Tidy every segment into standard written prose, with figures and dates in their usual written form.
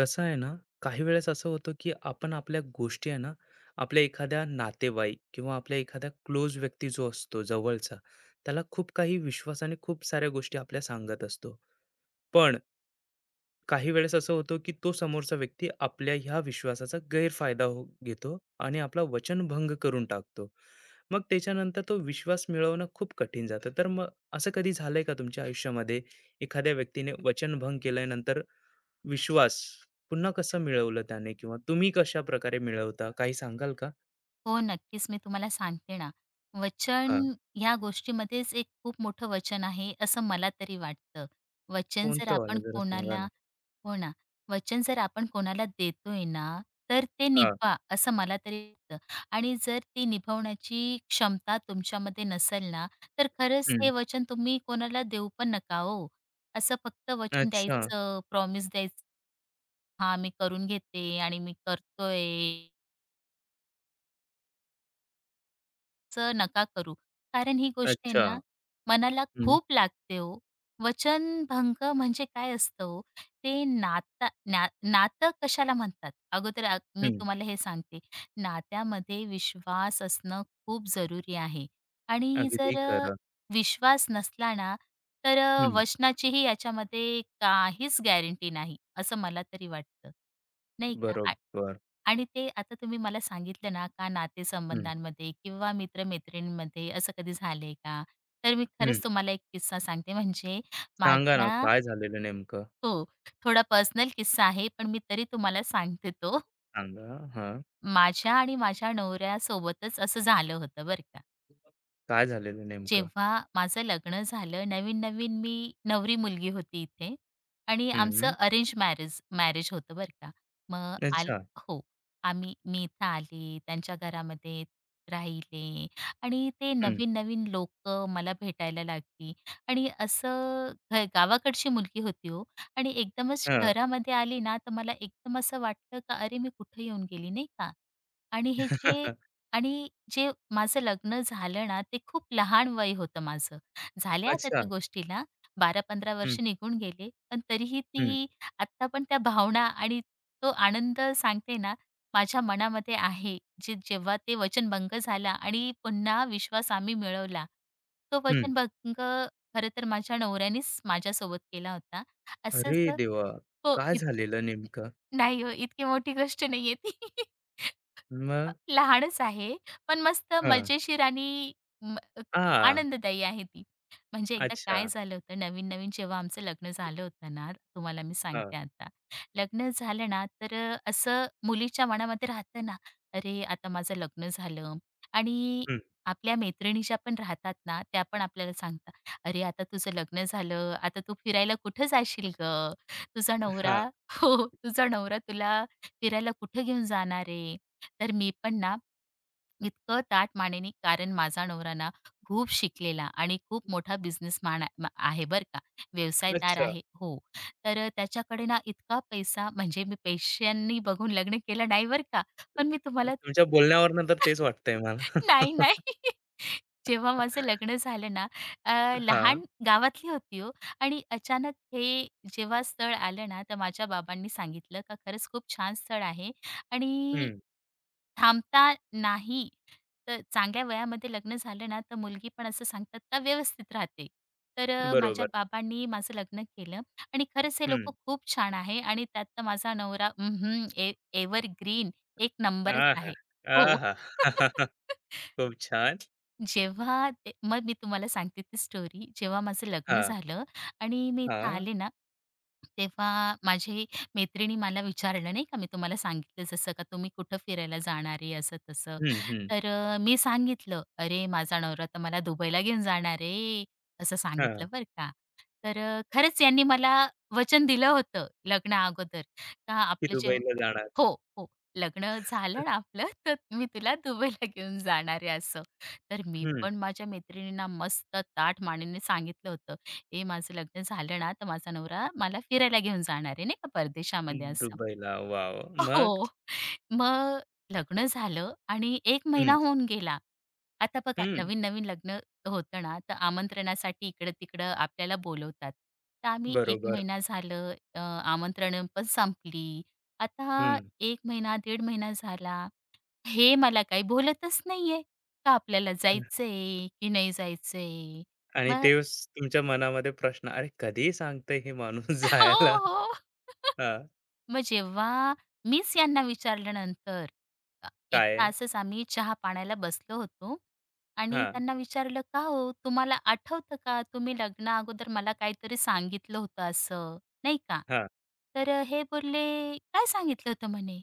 कसं आहे ना, काही वेळेस असं होतं, की आपण आपल्या गोष्टी आहे ना, आपल्या एखाद्या नातेवाईक किंवा आपल्या एखादा क्लोज व्यक्ती जो असतो जवळचा, त्याला खूप काही विश्वासाने खूप साऱ्या गोष्टी आपल्या सांगत असतो. पण काही वेळेस असं होतं, की तो समोरचा व्यक्ती आपल्या ह्या विश्वासाचा गैरफायदा हो घेतो आणि आपला वचनभंग करून टाकतो. मग त्याच्यानंतर तो विश्वास मिळवणं खूप कठीण जातं. तर मग असं कधी झालंय का तुमच्या आयुष्यामध्ये, एखाद्या व्यक्तीने वचनभंग केल्यानंतर विश्वास पुन्हा कसं मिळवलं त्याने किंवा तुम्ही कशा प्रकारे मिळवता? काही सांगाल का? हो, नक्कीच. मी तुम्हाला सांगते ना, वचन हां, ह्या गोष्टीमध्येच एक खूप मोठं वचन आहे, असं मला तरी वाटतं. वचन जर कोणतं वालं आपण जरा सांगा ना? कोणाला हो ना, वचन जर आपण कोणाला देतोय ना, तर ते हां, निभवा, असं मला तरी वाटतं. आणि जर ती निभवण्याची क्षमता तुमच्यामध्ये नसेल ना, तर खरंच हं. हे वचन तुम्ही कोणाला देऊ पण नका हो. असं फक्त वचन अच्छा, द्यायचं, प्रॉमिस द्यायचं, "हां, मी करून घेते आणि मी करतोय." चं नका करू. कारण ही गोष्ट आहे अच्छा. ना, मनाला हं, खूप लागते हो. वचनभंग म्हणजे काय असतं हो? ते नाता ना नातं कशाला म्हणतात? अगोदर मी हं. तुम्हाला हे सांगते. नात्यामध्ये विश्वास असणं खूप जरुरी आहे आणि अगदी जर खरं. विश्वास नसला ना, तर हं, वचनाचीही याच्यामध्ये काहीच गॅरंटी नाही, असं मला तरी वाटतं. नाही का? बरोबर. आणि ते आता तुम्ही मला सांगितलं ना का हं, नातेसंबंधांमध्ये किंवा मित्रमैत्रिणींमध्ये असं कधी झालंय का? तर मी हं. खरंच तुम्हाला एक किस्सा सांगते म्हणजे सांगा ना माझ्या काय झालेलं नेमकं? हो, थोडा पर्सनल किस्सा आहे, पण मी तरी तुम्हाला सांगते तो. सांगा. हां. माझ्या आणि माझ्या नवऱ्यासोबतच असं झालं होतं बरं का. काय झालेलं नेमकं? जेव्हा माझं लग्न झालं, नवीन-नवीन मी नवरी मुलगी होती इथे आणि आमचं हं. अरेंज मॅरेज मॅरेज होतं बरं का. मग आल अच्छा. हो. मी इथं आले, त्यांच्या घरामध्ये राहिले आणि ते हं. नवीन-नवीन लोकं मला भेटायला लागली आणि असं गावाकडची मुलगी होती हो आणि एकदमच हां. शहरामध्ये आली ना, तर मला एकदम असं वाटलं का अरे, मी कुठे येऊन गेली, नाही का? आणि हे जे आणि जे माझं लग्न झालं ना, ते खूप लहान वय होतं माझं. झाल्या आता अच्छा. त्या गोष्टीला 12-15 हं, वर्ष निघून गेले. पण तरीही हं, ती आत्ता पण त्या भावना आणि तो आनंद सांगते ना, माझ्या मनामध्ये आहे. जेव्हा ते वचनभंग झाला आणि पुन्हा विश्वास आम्ही मिळवला. तो हं. वचनभंग खरं तर माझ्या नवऱ्यानेच माझ्यासोबत केला होता. अरे असंच देवा! हो, काय झालेलं नेमकं? नाही हो, इतकी मोठी गोष्ट नाहीये ती. मग? लहानच आहे, पण मस्त हां. मजेशीर आणि म अ, आ, आनंददायी आहे ती. म्हणजे एकदा काय अच्छा. झालं होतं, नवीन-नवीन जेव्हा आमचं लग्न झालं होतं ना, तुम्हाला मी सांगते आता. लग्न झालं ना, तर असं मुलीच्या मनामध्ये राहतं ना, "अरे, आता माझं लग्न झालं" आणि हं, आपल्या मैत्रिणी ज्या पण राहतात ना, त्या पण आपल्याला सांगतात, "अरे, आता तुझं लग्न झालं, आता तू फिरायला कुठं जाशील गं? तुझा हां. नवरा" हो, "तुझा नवरा तुला फिरायला कुठं घेऊन जाणार आहे?" तर मी पण ना इतकं ताठ मानेनी कारण माझा नवरा ना खूप शिकलेला आणि खूप मोठा बिझनेसमॅन आहे बरं का, व्यवसायदार अच्छा. आहे. हो. तर त्याच्याकडे ना इतका पैसा म्हणजे मी पैशांनी बघून लग्न केलं नाही बरं का, पण मी तुम्हाला तुमच्या बोलण्यावरून तर तेच वाटतंय मला. नाही, नाही. जेव्हा माझं लग्न झालं ना अ, हां. लहान गावातली होती हो आणि अचानक हे जेव्हा स्थळ आलं ना, तर माझ्या बाबांनी सांगितलं का खरंच खूप छान स्थळ आहे आणि हं. थांबता नाही. तर चांगल्या वयामध्ये लग्न झालं ना, तर मुलगी पण असं सांगतात का व्यवस्थित राहते. तर माझ्या बरोबर. बाबांनी माझं लग्न केलं आणि खरंच हे लोकं हं. खूप छान आहे आणि त्यात तर माझा नवरा अ, ग्रीन, ए एव्हरग्रीन एक नंबरच आहा! आहे. हो. आहा! खूप छान. जेव्हा ते मग मी तुम्हाला सांगते ती स्टोरी. जेव्हा माझं लग्न हां, झालं आणि मी इथं हां. आले ना, तेव्हा माझी मैत्रिणी मला विचारलं नाही का, मी तुम्हाला सांगितलं जसं का तुम्ही कुठं फिरायला जाणार आहे असं-तसं. हं, हं. तर मी सांगितलं, "अरे माझा नवरा तर मला दुबईला घेऊन जाणार आहे." असं हां, सांगितलं बरं का. तर खरंच यांनी मला वचन दिलं होतं लग्ना अगोदर का की आपलं जे दुबईला जाणार. हो, हो. लग्न झालं ना आपलं, तर मी तुला दुबईला घेऊन जाणार आहे असं. तर मी हं. पण माझ्या मैत्रिणींना मस्त ताठ मानेने सांगितलं होतं, "ए माझं लग्न झालं ना, तर माझा नवरा मला फिरायला घेऊन जाणार आहे नाही का परदेशामध्ये." असं. दुबईला. वॉव! मग? हो. मग लग्न झालं आणि 1 महिना हं, होऊन गेला. आता बघा हं. नवीन-नवीन लग्न होतं ना, तर आमंत्रणासाठी इकडं-तिकडं आपल्याला बोलवतात. तर आम्ही 1 बरोबर. महिना झालं आमंत्रण पण संपली. आता हं. 1 महिना, 1.5 महिना झाला. हे मला काही बोलतच नाहीये. का आपल्याला जायचंय की नाही जायचंय? आणि मग तेच तुमच्या मनामध्ये प्रश्न, "अरे, कधी सांगतंय हे माणूस हो, जायला?" हो. हां. मग जेव्हा मीच यांना विचारल्यानंतर एकदा काय? असंच आम्ही चहा पाण्याला बसलो होतो आणि हां, त्यांना विचारलं, "का हो, तुम्हाला आठवतं का तुम्ही लग्ना अगोदर मला काहीतरी सांगितलं होतं असं, नाही का?" हां. तर हे बोलले, "काय सांगितलं होतं?" म्हणे.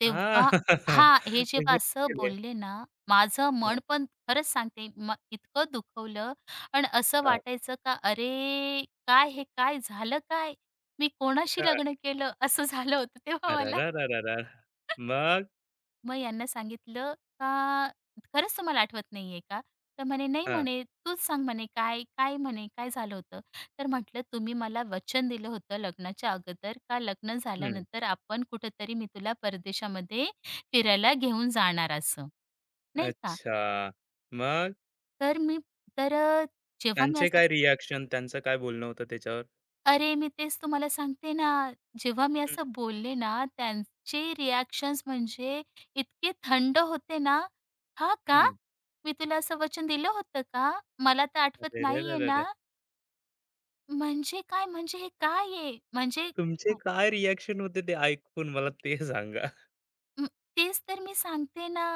तेव्हा हां. हां, हे जेव्हा असं केले. बोलले ना, माझं मन पण खरंच सांगते इतकं दुखवलं आणि असं हां. वाटायचं का अरे, काय हे काय झालं काय? मी कोणाशी हां. लग्न केलं असं झालं होतं तेव्हा मला. अरेरेरेरेरे! मग? मग यांना सांगितलं का "खरंच तुम्हाला आठवत नाहीये का?" तर म्हणे, "नाही" हां. म्हणे, "तूच सांग" म्हणे, "काय काय म्हणे काय झालं होतं?" तर म्हटलं, "तुम्ही मला वचन दिलं होतं लग्नाच्या अगोदर का लग्न हं. झाल्यानंतर आपण कुठेतरी मी तुला परदेशामध्ये फिरायला घेऊन जाणार असं, नाही का?" अच्छा. मग तर मी तर अ, जेव्हा मी त्यांचे असं काय रिएक्शन, त्यांचं काय बोलणं होतं त्याच्यावर? अरे, मी तेच तुम्हाला सांगते ना, जेव्हा मी हं, असं बोलले ना, त्यांचे रिएक्शन्स म्हणजे इतके थंड होते ना, "हां का? हं. मी तुला असं वचन दिलं होतं का? मला तर आठवत नाहीये ना." अरेरेरेरे! म्हणजे काय? म्हणजे हे काय आहे? म्हणजे तुमचे अ, काय रिएक्शन होते ते ऐकून मला ते सांगा? अं, तेच तर मी सांगते ना.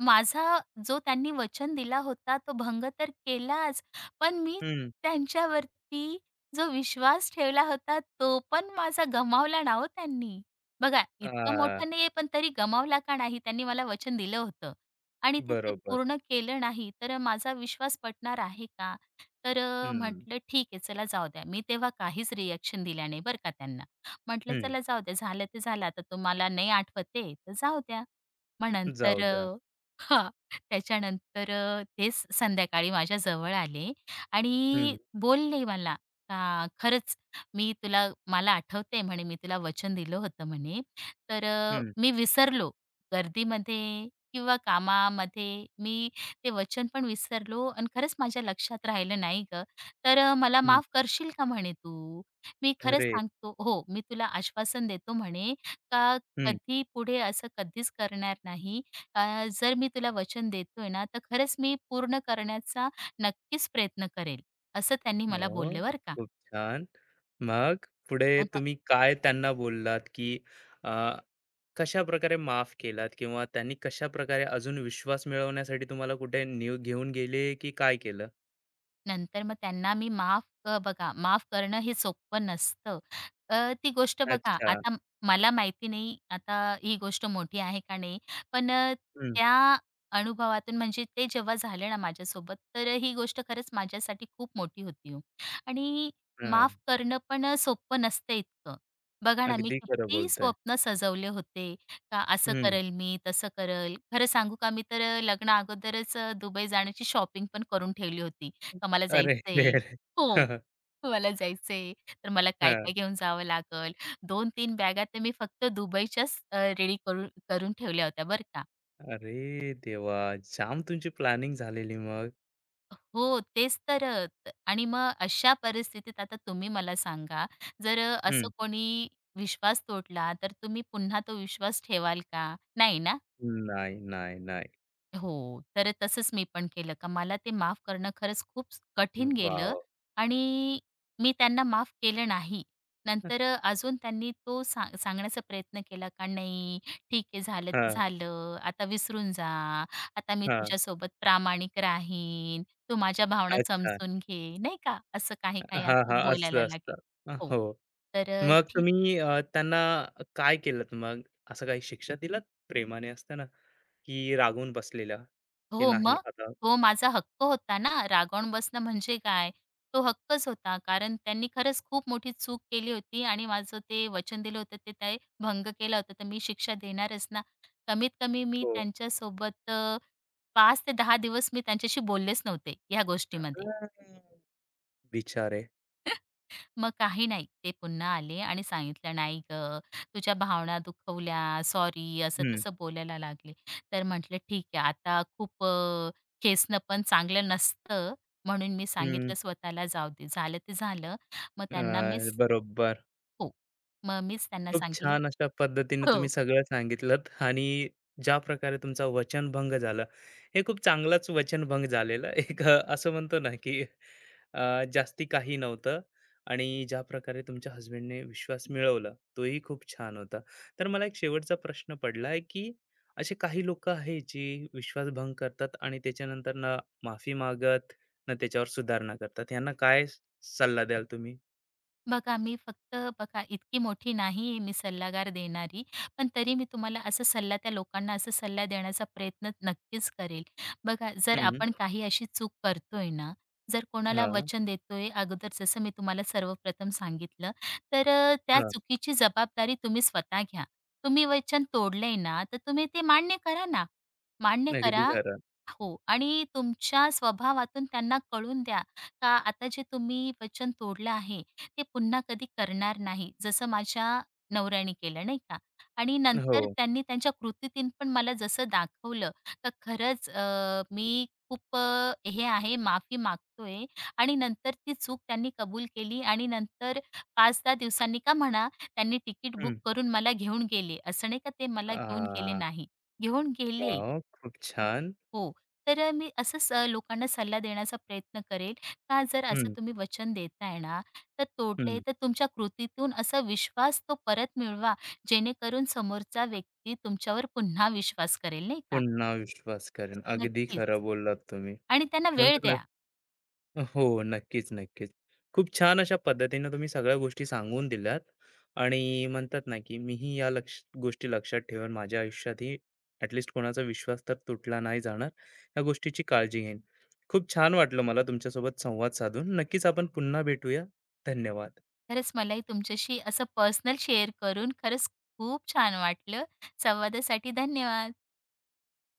माझा जो त्यांनी वचन दिला होता तो भंग तर केलाच, पण मी हं. त्यांच्यावरती जो विश्वास ठेवला होता तो पण माझा गमावला ना हो त्यांनी. बघा इतकं हां. मोठं नाहीये पण तरी गमावला का नाही? त्यांनी मला वचन दिलं होतं आणि ते ते बरोबर. पूर्ण केलं नाही तर माझा विश्वास पटणार आहे का? तर हं, म्हटलं ठीक आहे चला जाऊ द्या. मी तेव्हा काहीच रिएक्शन दिल्या नाही बरं का त्यांना. म्हटलं हं. चला जाऊ द्या झालं ते झालं आता तुम्हाला नाही आठवत तर जाऊ द्या. मग जाऊ नंतर द्या. अ हां. त्याच्यानंतर तेच संध्याकाळी माझ्या जवळ आले आणि हं, बोलले मला, का "खरंच मी तुला मला आठवते म्हणे, "मी तुला वचन दिलं होतं" म्हणे. "तर हं, मी विसरलो. गर्दीमध्ये किंवा कामामध्ये मी ते वचन पण विसरलो आणि खरंच माझ्या लक्षात राहिलं नाही गं. तर मला हं. माफ करशील का?" म्हणे "तू." "मी खरंच अरे! सांगतो हो, मी तुला आश्वासन देतो" म्हणे, "का हं. कधी पुढे असं कधीच करणार नाही जर मी तुला वचन देतोय ना, तर खरंच मी पूर्ण करण्याचा नक्कीच प्रयत्न करेल, असं त्यांनी मला ओह! बोलले बरं का. खूप छान. मग पुढे मग तुम्ही काय त्यांना बोललात, की कशाप्रकारे माफ केलात किंवा त्यांनी कशाप्रकारे अजून विश्वास मिळवण्यासाठी तुम्हाला कुठे न्यू घेऊन गेले की काय केलं? नंतर मग त्यांना मी माफ अ, बघा माफ करणं हे सोपं नसतं. ती गोष्ट बघा अच्छा. आता मला माहिती नाही आता ही गोष्ट मोठी आहे का नाही? पण हं, त्या अनुभवातून म्हणजे ते जेव्हा झालं ना माझ्यासोबत, तर ही गोष्ट खरंच माझ्यासाठी खूप मोठी होती हो. आणि माफ हां. करणं पण सोपं नसतं इतकं. बघा ना, मी अगदी खरं किती बोलताय. स्वप्न सजवले होते, का असं हं. करेल मी, तसं करेल. खरं सांगू का मी तर लग्नाअगोदरच दुबई जाण्याची शॉपिंग पण करून ठेवली होती. का मला अरे रे जायचंय रे! हो, हां. मला जायचंय, तर मला काय-काय घेऊन जावं लागेल. 2-3 बॅगा तर मी फक्त दुबईच्याच रेडी करून करून ठेवल्या होत्या बरं का. अरे देवा! जाम तुमची प्लॅनिंग झालेली मग. हो, तेच तर आणि मग अशा परिस्थितीत आता तुम्ही मला सांगा, जर असं हं. कोणी विश्वास तोडला, तर तुम्ही पुन्हा तो विश्वास ठेवाल का? नाही ना? नाही, नाही, नाही. हो, तर तसंच मी पण केलं का मला ते माफ करणं खरंच खूप कठीण गेलं वॉव! आणि मी त्यांना माफ केलं नाही. नंतर अजून त्यांनी तो सांगण्याचा प्रयत्न केला का "नाही, ठीक आहे झालं ते हां, झालं. आता विसरून जा. आता मी हां. तुझ्यासोबत प्रामाणिक राहीन. तू माझ्या भावना अच्छा. समजून घे." नाही का? असं काही, काही हां, हां. असं बोलायला असतं, असतं. लागले. हो, हो. तर मग ठीक तुम्ही त्यांना काय केलत मग? असं काही शिक्षा दिलात प्रेमाने असताना? की रागवून बसलेलं, की हो नाही मग. आता हो, माझा हक्क होता ना. रागावून बसणं म्हणजे काय? तो हक्कच होता. कारण त्यांनी खरंच खूप मोठी चूक केली होती आणि माझं ते वचन दिलं होतं ते ते भंग केला होता. तर मी शिक्षा देणारच ना. कमीत कमी मी हो. त्यांच्यासोबत 5 ते 10 दिवस मी त्यांच्याशी बोललेच नव्हते, ह्या गोष्टीमध्ये. हा, विचार आहे. मग काही नाही. ते पुन्हा आले आणि सांगितलं, "नाही गं, तुझ्या भावना दुखवल्या. सॉरी." हं, असं-तसं बोलायला लागले. तर म्हटलं, "ठीक आहे, आता खूप खेचणं पण चांगलं नसतं." म्हणून मी हं. सांगितलं स्वतःला, "जाऊ दे, झालं ते झालं." मग त्यांना अ, मीच बरोबर. हो. मग मीच त्यांना खूप सांगितलं छान अशा पद्धतीने हो. तुम्ही सगळं सांगितलंत आणि ज्या प्रकारे तुमचा वचनभंग झाला. हे खूप चांगलाच वचनभंग झालेला एक असं म्हणतो ना की जास्ती काही नव्हतं आणि ज्या प्रकारे तुमच्या हस्बंडने विश्वास मिळवला तोही खूप छान होता. तर मला एक शेवटचा प्रश्न पडला आहे, की असे काही लोक आहेत जी विश्वासभंग करतात आणि त्याच्यानंतर ना माफी मागत ना त्याच्यावर सुधारणा करतात, यांना काय सल्ला द्याल तुम्ही? बघा, मी फक्त बघा, इतकी मोठी नाही आहे मी सल्लागार देणारी, पण तरी मी तुम्हाला असा सल्ला त्या लोकांना असा सल्ला देण्याचा प्रयत्न नक्कीच करेल. बघा, जर हम्म. आपण काही अशी चूक करतोय ना, जर कोणाला हा. वचन देतोय अगोदर जसं मी तुम्हाला सर्वप्रथम सांगितलं, तर त्या हा. चुकीची जबाबदारी तुम्ही स्वतः घ्या. तुम्ही वचन तोडलंय ना, तर तुम्ही ते मान्य करा ना. मान्य अगदी करा खरं. हो आणि तुमच्या स्वभावातून त्यांना कळून द्या, का आता जे तुम्ही वचन तोडलं आहे, ते पुन्हा कधी करणार नाही, जसं माझ्या नवऱ्याने केलं नाही का. आणि हो. नंतर त्यांनी त्यांच्या कृतीतून पण मला जसं दाखवलं का खरंच मी खूप हे आहे माफी मागतोय आणि नंतर ती चूक त्यांनी कबूल केली आणि नंतर 5-10 दिवसांनी का म्हणा त्यांनी तिकीट बुक हं. करून मला घेऊन गेले. असं नाही का ते मला घेऊन गेले आह, नाही, घेऊन गेले. वॉव! खूप हो, छान. हो. तर मी असंच लोकांना सल्ला देण्याचा प्रयत्न करेल का जर असं हं, तुम्ही वचन देताय ना, तर तोडले हं. तर तुमच्या कृतीतून असा विश्वास तो परत मिळवा, जेणेकरून समोरचा व्यक्ती तुमच्यावर पुन्हा विश्वास करेल, नाही का? पुन्हा विश्वास करेन. अगदी नक्कीच. खरं बोललात तुम्ही. आणि त्यांना वेळ म्हणतात ना. द्या. हो, नक्कीच, नक्कीच. खूप छान अशा पद्धतीनं तुम्ही सगळ्या गोष्टी सांगून दिल्यात आणि म्हणतात ना, की मीही या लक्ष गोष्टी लक्षात ठेवून माझ्या आयुष्यातही ॲट कोणाचा विश्वास तर तुटला नाही जाणार, या गोष्टीची काळजी घेईन. खूप छान वाटलं मला तुमच्यासोबत संवाद साधून. नक्कीच आपण पुन्हा भेटूया. धन्यवाद. खरंच मलाही तुमच्याशी असं पर्सनल शेअर करून खरंच खूप छान वाटलं. संवादासाठी धन्यवाद.